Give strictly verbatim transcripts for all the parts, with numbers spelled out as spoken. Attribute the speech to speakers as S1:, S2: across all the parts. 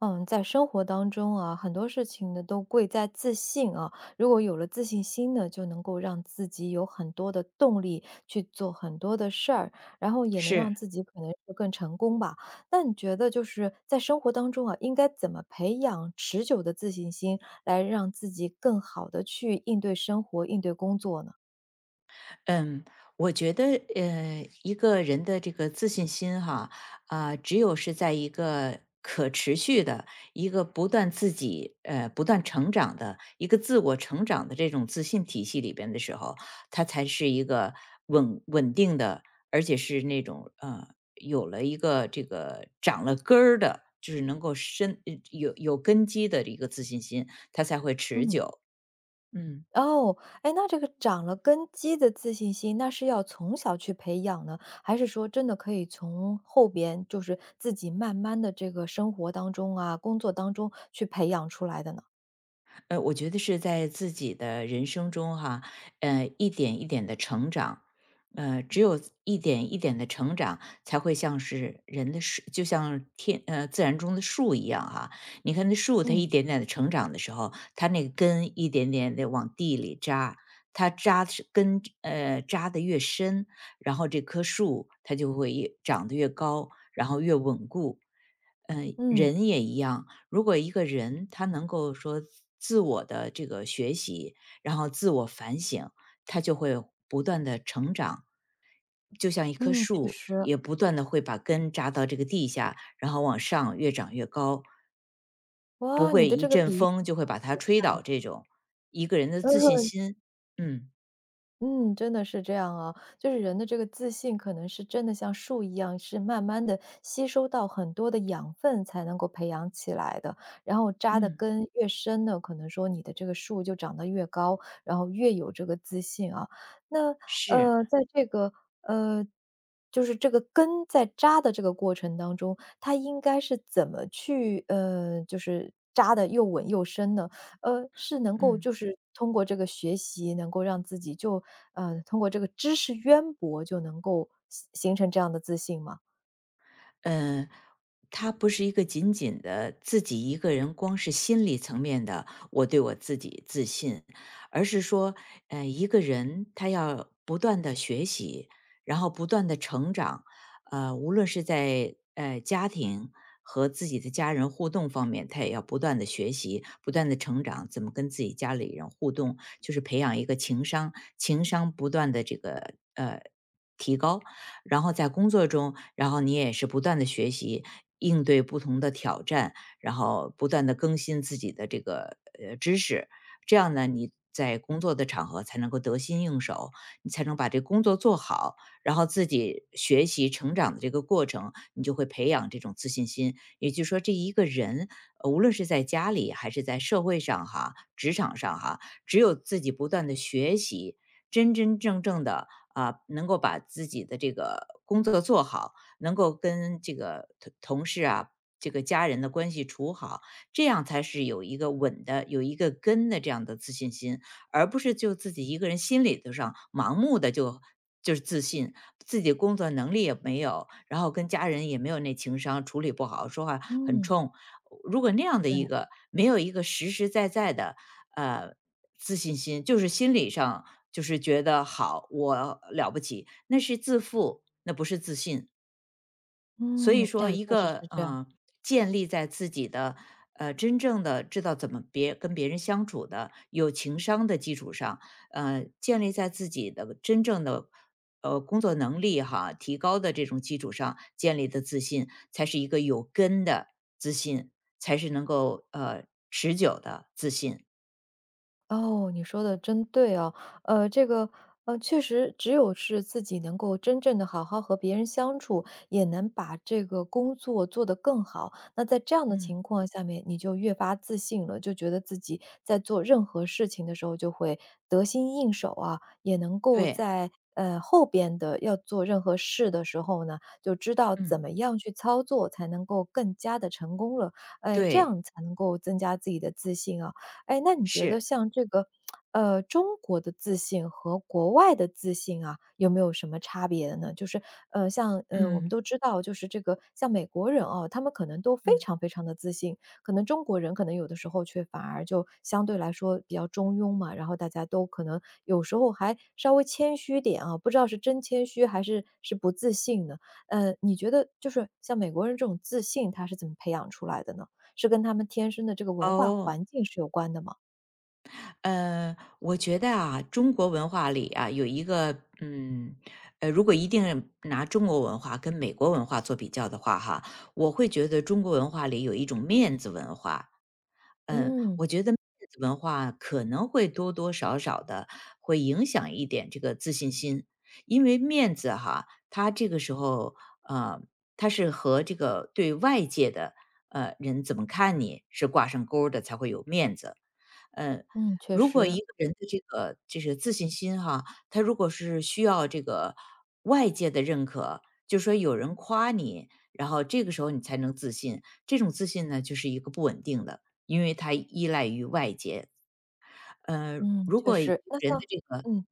S1: 嗯，在生活当中啊，很多事情呢都贵在自信啊。如果有了自信心呢，就能够让自己有很多的动力去做很多的事儿，然后也能让
S2: 是，
S1: 自己可能是更成功吧。那你觉得就是在生活当中啊，应该怎么培养持久的自信心，来让自己更好的去应对生活、应对工作呢？
S2: 嗯，我觉得，呃，一个人的这个自信心哈，啊、只有是在一个可持续的、一个不断自己呃不断成长的一个自我成长的这种自信体系里边的时候，它才是一个稳稳定的，而且是那种呃有了一个这个长了根儿的，就是能够深呃有有根基的一个自信心，它才会持
S1: 嗯
S2: 久。嗯。
S1: 哦，哎，那这个长了根基的自信心，那是要从小去培养呢，还是说真的可以从后边，就是自己慢慢的这个生活当中啊，工作当中去培养出来的呢？
S2: 呃，我觉得是在自己的人生中哈，呃，一点一点的成长，呃，只有一点一点的成长，才会像是人的树，就像天呃自然中的树一样哈。你看那树，它
S1: 嗯
S2: 一点点的成长的时候，它那个根一点点的往地里扎，它扎的是根呃扎的越深，然后这棵树它就会越长得越高，然后越稳固。嗯、
S1: 嗯
S2: 人也一样，如果一个人他能够说自我的这个学习，然后自我反省，他就会不断的成长，就像一棵
S1: 嗯，确
S2: 树，
S1: 实，
S2: 也不断的会把根扎到这个地下，然后往上越长越高，不
S1: 哇，你
S2: 会
S1: 的
S2: 一
S1: 这个
S2: 阵
S1: 比喻
S2: 风就会
S1: 太
S2: 把它
S1: 形
S2: 吹
S1: 象
S2: 倒。
S1: 了，
S2: 这种一个人的 自信
S1: 嗯，
S2: 心，嗯
S1: 嗯，真的是这样啊，就是人的这个自信，可能是真的像树一样，是慢慢的吸收到很多的养分才能够培养起来的。然后扎的
S2: 嗯，
S1: 根越深呢，可能说你的这个树就长得越高，然后越有这个自信啊。那
S2: 是，
S1: 呃，在这个呃，就是这个根在扎的这个过程当中，它应该是怎么去呃，就是扎的又稳又深呢？呃，是能够
S2: 嗯。
S1: 就是通过这个学习，能够让自己就呃，通过这个知识渊博就能够形形成这样的自信吗？
S2: 嗯，他不是一个仅仅的自己一个人，光是心理层面的我对我自己自信，而是说，呃，一个人他要不断的学习，然后不断的成长，呃，无论是在呃家庭和自己的家人互动方面，他也要不断的学习，不断的成长，怎么跟自己家里人互动，就是培养一个情商，情商不断的这个呃提高，然后在工作中，然后你也是不断的学习，应对不同的挑战，然后不断的更新自己的这个，呃，知识。这样呢，你在工作的场合才能够得心应手，你才能把这工作做好，然后自己学习成长的这个过程，你就会培养这种自信心。也就是说这一个人，呃无论是在家里还是在社会上哈，职场上哈，只有自己不断的学习，真真正正的。啊，能够把自己的这个工作做好，能够跟这个同同事啊、这个家人的关系处好，这样才是有一个稳的、有一个根的这样的自信心，而不是就自己一个人心里头上盲目的就就是自信，自己工作能力也没有，然后跟家人也没有那情商，处理不好，说话很
S1: 嗯，
S2: 冲。如果那样的
S1: 对，
S2: 一个没有一个实实在在的呃自信心，就是心理上就是觉得好，我了不起，那是自负，那不是自信。所以
S1: 嗯，
S2: 说，
S1: 哎，
S2: 一
S1: 确实
S2: 个
S1: 是这样。
S2: 嗯，建立在自己的呃真正的知道怎么别跟别人相处的有情商的基础上，呃，建立在自己的真正的呃工作能力哈提高的这种基础上建立的自信，才是一个有根的自信，才是能够呃持久的自信。
S1: 哦，你说的真对哦，呃，这个呃，确实只有是自己能够真正的好好和别人相处，也能把这个工作做得更好。那在这样的
S2: 嗯，
S1: 情况下面，你就越发自信了，就觉得自己在做任何事情的时候就会得心应手啊，也能够
S2: 对，
S1: 在，呃，后边的要做任何事的时候呢，就知道
S2: 嗯，
S1: 怎么样去操作才能够更加的成功了。哎，这
S2: 对，
S1: 样才能够增加自己的自信啊。哎，那你觉得
S2: 是，
S1: 像这个，呃，中国的自信和国外的自信啊，有没有什么差别呢？就是，呃，像，呃，我们
S2: 嗯
S1: 都知道，就是这个像美国人哦，他们可能都非
S2: 嗯。
S1: 常非常的自信，可能中国人可能有的时候却反而就相对来说比较中庸嘛，然后大家都可能有时候还稍微谦虚点啊，不知道是真谦虚还是是不自信呢？呃，你觉得就是像美国人这种自信，他是怎么培养出来的呢？是跟他们天生的这个文化
S2: 哦，
S1: 环境是有关的吗？
S2: 呃，我觉得啊，中国文化里啊有一个，嗯，呃，如果一定拿中国文化跟美国文化做比较的话，哈，我会觉得中国文化里有一种面子文化，嗯，
S1: 嗯，
S2: 我觉得面子文化可能会多多少少的会影响一点这个自信心，因为面子哈，它这个时候，呃，它是和这个对外界的呃人怎么看你是挂上钩儿的，才会有面子。嗯，
S1: 嗯，确
S2: 如果一
S1: 实，
S2: 个人的这个就是自信心哈，他如果是需要这个外界的认可，就说有人夸你，然后这个时候你才能自信。这种自信呢，就是一个不稳定的，因为它依赖于外界。呃，
S1: 嗯，
S2: 如
S1: 确
S2: 果一个
S1: 实。那
S2: 人的
S1: 像
S2: 这个
S1: 嗯，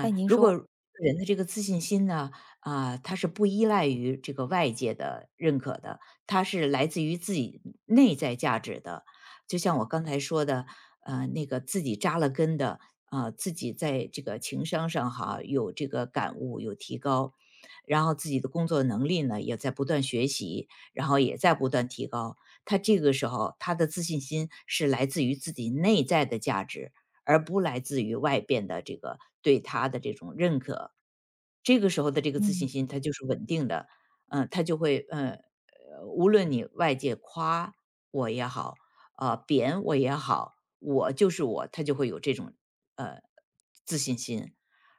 S1: 哎，您
S2: 如
S1: 说，
S2: 果人的这个自信心呢，啊，它是不依赖于这个外界的认可的，它是来自于自己内在价值的。就像我刚才说的，呃，那个自己扎了根的，啊，自己在这个情商上哈有这个感悟，有提高，然后自己的工作能力呢也在不断学习，然后也在不断提高。他这个时候，他的自信心是来自于自己内在的价值，而不来自于外边的这个对他的这种认可。这个时候的这个自信
S1: 嗯，
S2: 心它就是稳定的，嗯，它就会，嗯，呃，无论你外界夸我也好，呃，贬我也好，我就是我，他就会有这种，呃，自信心。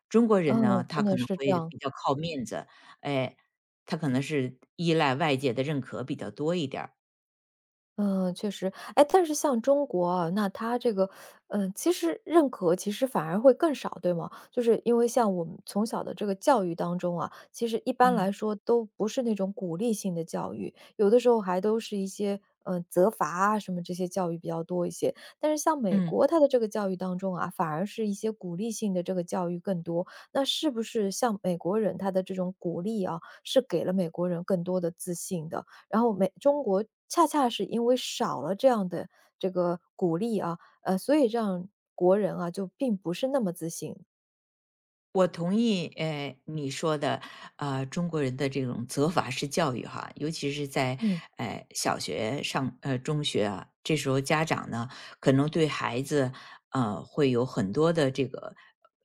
S2: 中国人呢，
S1: 哦，
S2: 他
S1: 真
S2: 可
S1: 的
S2: 能
S1: 是这
S2: 会
S1: 样
S2: 比较靠面子，哎，他可能是依赖外界的认可比较多一点儿
S1: 嗯，确实，哎，但是像中国啊，那它这个，嗯，其实认可其实反而会更少，对吗？就是因为像我们从小的这个教育当中啊，其实一般来
S2: 嗯，
S1: 说都不是那种鼓励性的教育，有的时候还都是一些嗯责罚啊什么这些教育比较多一些。但是像美
S2: 嗯。
S1: 国，他的这个教育当中啊，反而是一些鼓励性的这个教育更多。那是不是像美国人他的这种鼓励啊，是给了美国人更多的自信的？然后美中国恰恰是因为少了这样的这个鼓励啊，呃，所以让国人啊，就并不是那么自信。
S2: 我同意，呃，你说的，呃，中国人的这种责罚式教育哈，尤其是在
S1: 嗯。
S2: 呃小学上呃中学啊，这时候家长呢，可能对孩子呃会有很多的这个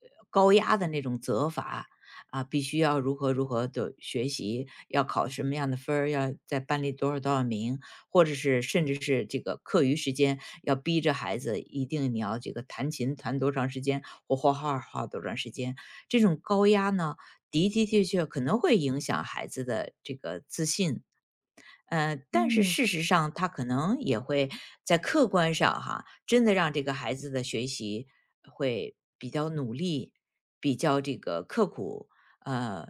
S2: 呃高压的那种责罚啊，必须要如何如何的学习，要考什么样的分儿，要在班里多少多少名，或者是甚至是这个课余时间要逼着孩子一定你要这个弹琴弹多长时间或画画画多长时间。这种高压呢，的的确确可能会影响孩子的这个自信，呃，但是
S1: 嗯。
S2: 事实上他可能也会在客观上哈，真的让这个孩子的学习会比较努力，比较这个刻苦，呃，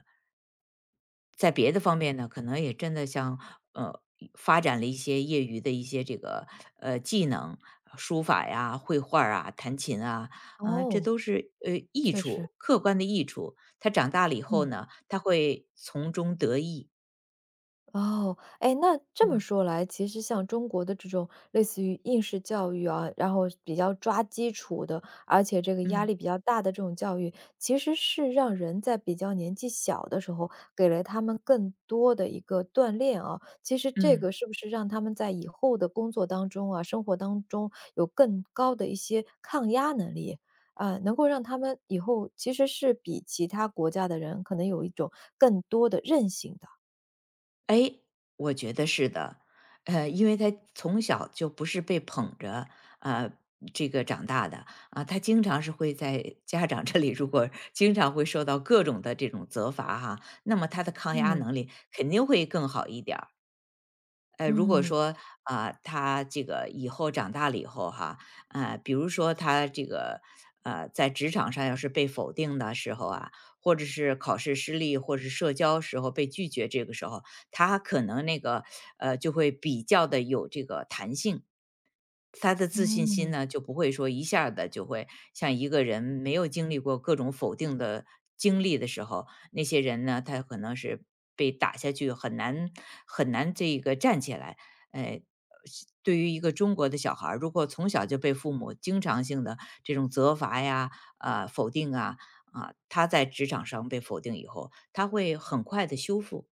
S2: 在别的方面呢，可能也真的像呃发展了一些业余的一些这个呃技能，书法呀、绘画儿啊、弹琴啊，嗯、这
S1: 哦，
S2: 都是呃益
S1: 确实，
S2: 处，客观的益处。他长大了以后
S1: 嗯。
S2: 呢，他会从中得益。
S1: 哦，哎，那这么
S2: 嗯
S1: 说来，其实像中国的这种类似于应试教育啊，然后比较抓基础的，而且这个压
S2: 嗯
S1: 力比较大的这种教育，其实是让人在比较年纪小的时候，给了他们更多的一个锻炼啊。其实这
S2: 嗯。
S1: 个是不是让他们在以后的工作当中啊，生活当中有更高的一些抗压能力？啊，能够让他们以后其实是比其他国家的人可能有一种更多的韧性的。
S2: 哎，我觉得是的，呃，因为他从小就不是被捧着，呃，这个长大的啊，他经常是会在家长这里，如果经常会受到各种的这种责罚哈，那么他的抗压
S1: 嗯
S2: 能力肯定会更好一点儿。呃，如果
S1: 嗯
S2: 说啊、他这个以后长大了以后哈，呃，比如说他这个呃，在职场上要是被否定的时候啊，或者是考试失利，或是社交时候被拒绝，这个时候他可能那个呃就会比较的有这个弹性，他的自信心
S1: 嗯。
S2: 呢，就不会说一下的就会像一个人没有经历过各种否定的经历的时候，那些人呢，他可能是被打下去，很难很难这个站起来。哎，对于一个中国的小孩儿，如果从小就被父母经常性的这种责罚呀、啊、否定啊啊，他在职场上被否定以后，他会很快的修复。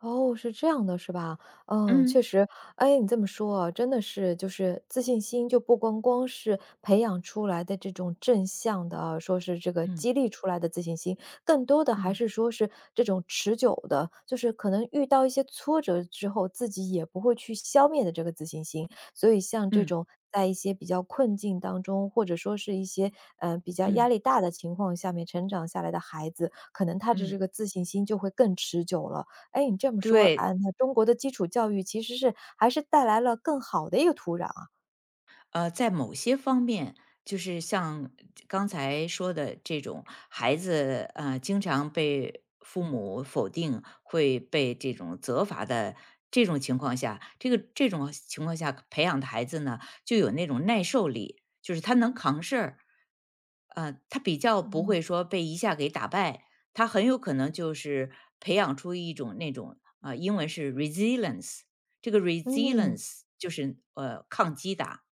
S1: 哦，是这样的，是吧？嗯，确
S2: 嗯
S1: 实，哎，你这么说啊，真的是，就是自信心，就不光光是培养出来的这种正向的啊，说是这个
S2: 嗯
S1: 激励出来的自信心，更多的还
S2: 嗯
S1: 是说是这种持久的，就是可能遇到一些挫折之后，自己也不会去消灭的这个自信心。所以像这
S2: 嗯
S1: 种在一些比较困境当中，或者说是一些嗯比较压
S2: 嗯
S1: 力大的情况下面成长下来的孩子，可能他的这
S2: 嗯，
S1: 个自信心就会更持久了。哎，你这么说，
S2: 对，
S1: 啊，那中国的基础教育其实是还是带来了更好的一个土壤啊。
S2: 呃，在某些方面，就是像刚才说的这种孩子，呃，经常被父母否定，会被这种责罚的这种情况下，这个这种情况下培养的孩子呢，就有那种耐受力，就是他能扛事儿，呃，他比较不
S1: 嗯。
S2: 会说被一下给打败，他很有可能就是培养出一种那种啊、呃英文是 resilience，这个
S1: 嗯，
S2: resilience 就是呃抗击打，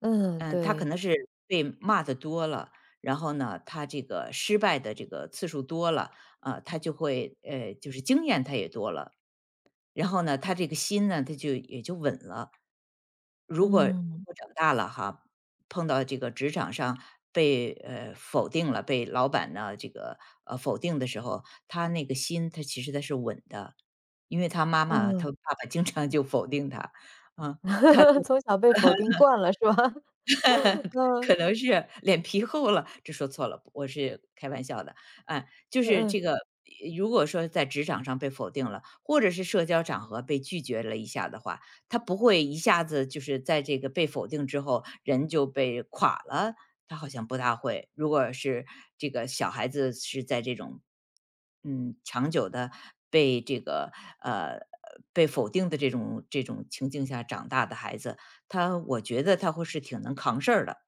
S1: 嗯，
S2: 嗯，呃他可
S1: 对，
S2: 能是被骂的多了，然后呢，他这个失败的这个次数多了，啊，他就会呃，就是经验他也多了，然后呢，他这个心呢，他就也就稳了。如果
S1: 嗯，
S2: 我长大了哈，碰到这个职场上被呃否定了，被老板呢这个呃否定的时候，他那个心他其实他是稳的，因为他妈妈他
S1: 嗯，
S2: 爸爸经常就否定他，啊、
S1: 从小被否定惯了是吧？嗯，
S2: 可能是脸皮厚了，这说错了，我是开玩笑的。啊，就
S1: 嗯
S2: 是这
S1: 嗯，
S2: 个，如果说在职场上被否定了，或者是社交场合被拒绝了一下的话，他不会一下子就是在这个被否定之后，人就被垮了，他好像不大会。如果是这个小孩子是在这种，嗯，长久的被这个呃被否定的这种这种情境下长大的孩子，他我觉得他会是挺能扛事儿的。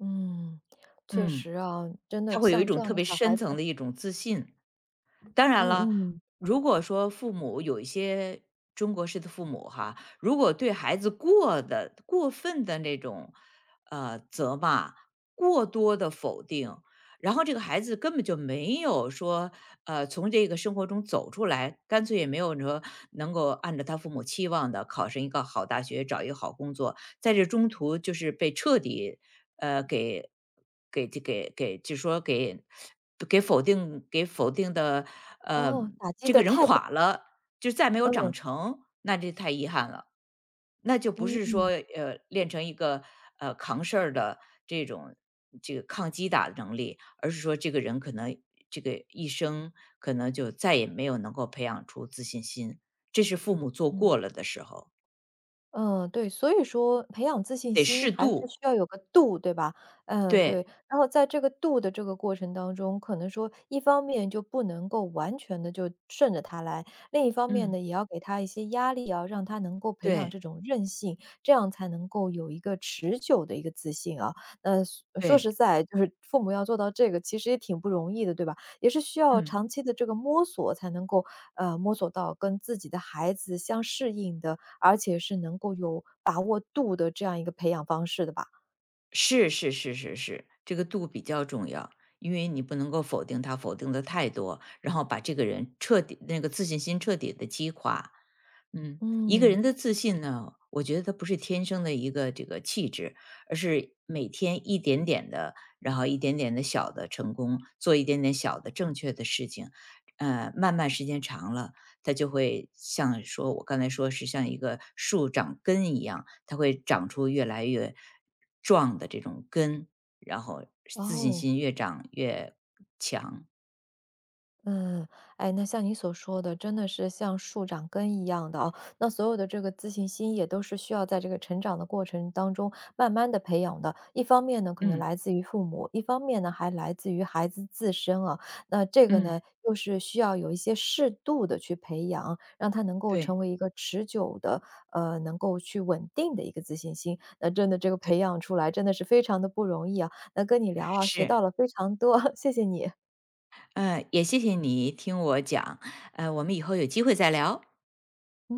S1: 嗯，确
S2: 嗯。
S1: 实啊，真
S2: 他
S1: 的
S2: 会有一
S1: 像这
S2: 种
S1: 样
S2: 特
S1: 的
S2: 别
S1: 小孩
S2: 深
S1: 子，
S2: 层的一种自信。当
S1: 嗯
S2: 然了，
S1: 嗯，
S2: 如果说父母有一些中国式的父母哈，如果对孩子过的过分的那种，呃，责骂，过多的否定，然后这个孩子根本就没有说，呃，从这个生活中走出来，干脆也没有说能够按照他父母期望的考上一个好大学，找一个好工作，在这中途就是被彻底呃，给给这给给就说给给否定给否定的，呃，
S1: 哦，打击
S2: 这
S1: 的
S2: 个人
S1: 太过
S2: 垮了，就再没有
S1: 嗯，
S2: 长成，那这太遗憾了。那就不是说，
S1: 嗯，
S2: 呃，练成一个，呃，扛事儿的这种这个抗击打的能力，而是说这个人可能这个一生可能就再也没有能够培养出自信心，这是父母做
S1: 嗯。
S2: 过了的时候，
S1: 嗯，对，所以说培养自信
S2: 得
S1: 心
S2: 适
S1: 还是
S2: 度，
S1: 需要有个度，对吧？嗯，
S2: 对，
S1: 对。然后在这个度的这个过程当中，可能说一方面就不能够完全的就顺着他来，另一方面呢，
S2: 嗯，
S1: 也要给他一些压力啊，让他能够培养这
S2: 对，
S1: 种韧性，这样才能够有一个持久的一个自信啊。呃，说
S2: 对，
S1: 实在，就是父母要做到这个，其实也挺不容易的，对吧？也是需要
S2: 嗯。
S1: 长期的这个摸索才能够，呃，摸索到跟自己的孩子相适应的而且是能够有把握度的这样一个培养方式的吧？
S2: 是是是是是，这个度比较重要，因为你不能够否定他，否定的太多，然后把这个人彻底那个自信心彻底的击垮。嗯，一个
S1: 嗯，
S2: 人的自信呢，我觉得他不是天生的一个这个气质，而是每天一点点的，然后一点点的小的成功，做一点点小的正确的事情，呃，慢慢时间长了，它就会像说我刚才说是像一个树长根一样，它会长出越来越壮的这种根，然后自信
S1: 哦。
S2: 心越长越强。
S1: 嗯，哎，那像你所说的，真的是像树长根一样的啊。那所有的这个自信心，也都是需要在这个成长的过程当中，慢慢的培养的。一方面呢，可能
S2: 嗯
S1: 来自于父母；一方面呢，还来自于孩子自身啊。那这个呢，
S2: 嗯，
S1: 又是需要有一些适度的去培养，让他能够
S2: 对
S1: 成为一个持久的，呃，能够去稳定的一个自信心。那真的这个
S2: 对
S1: 培养出来，真的是非常的不容易啊。那跟你聊啊，学
S2: 是，
S1: 到了非常多，谢谢你。
S2: 呃，也谢谢你听我讲，呃，我们以后有机会再聊。
S1: 嗯。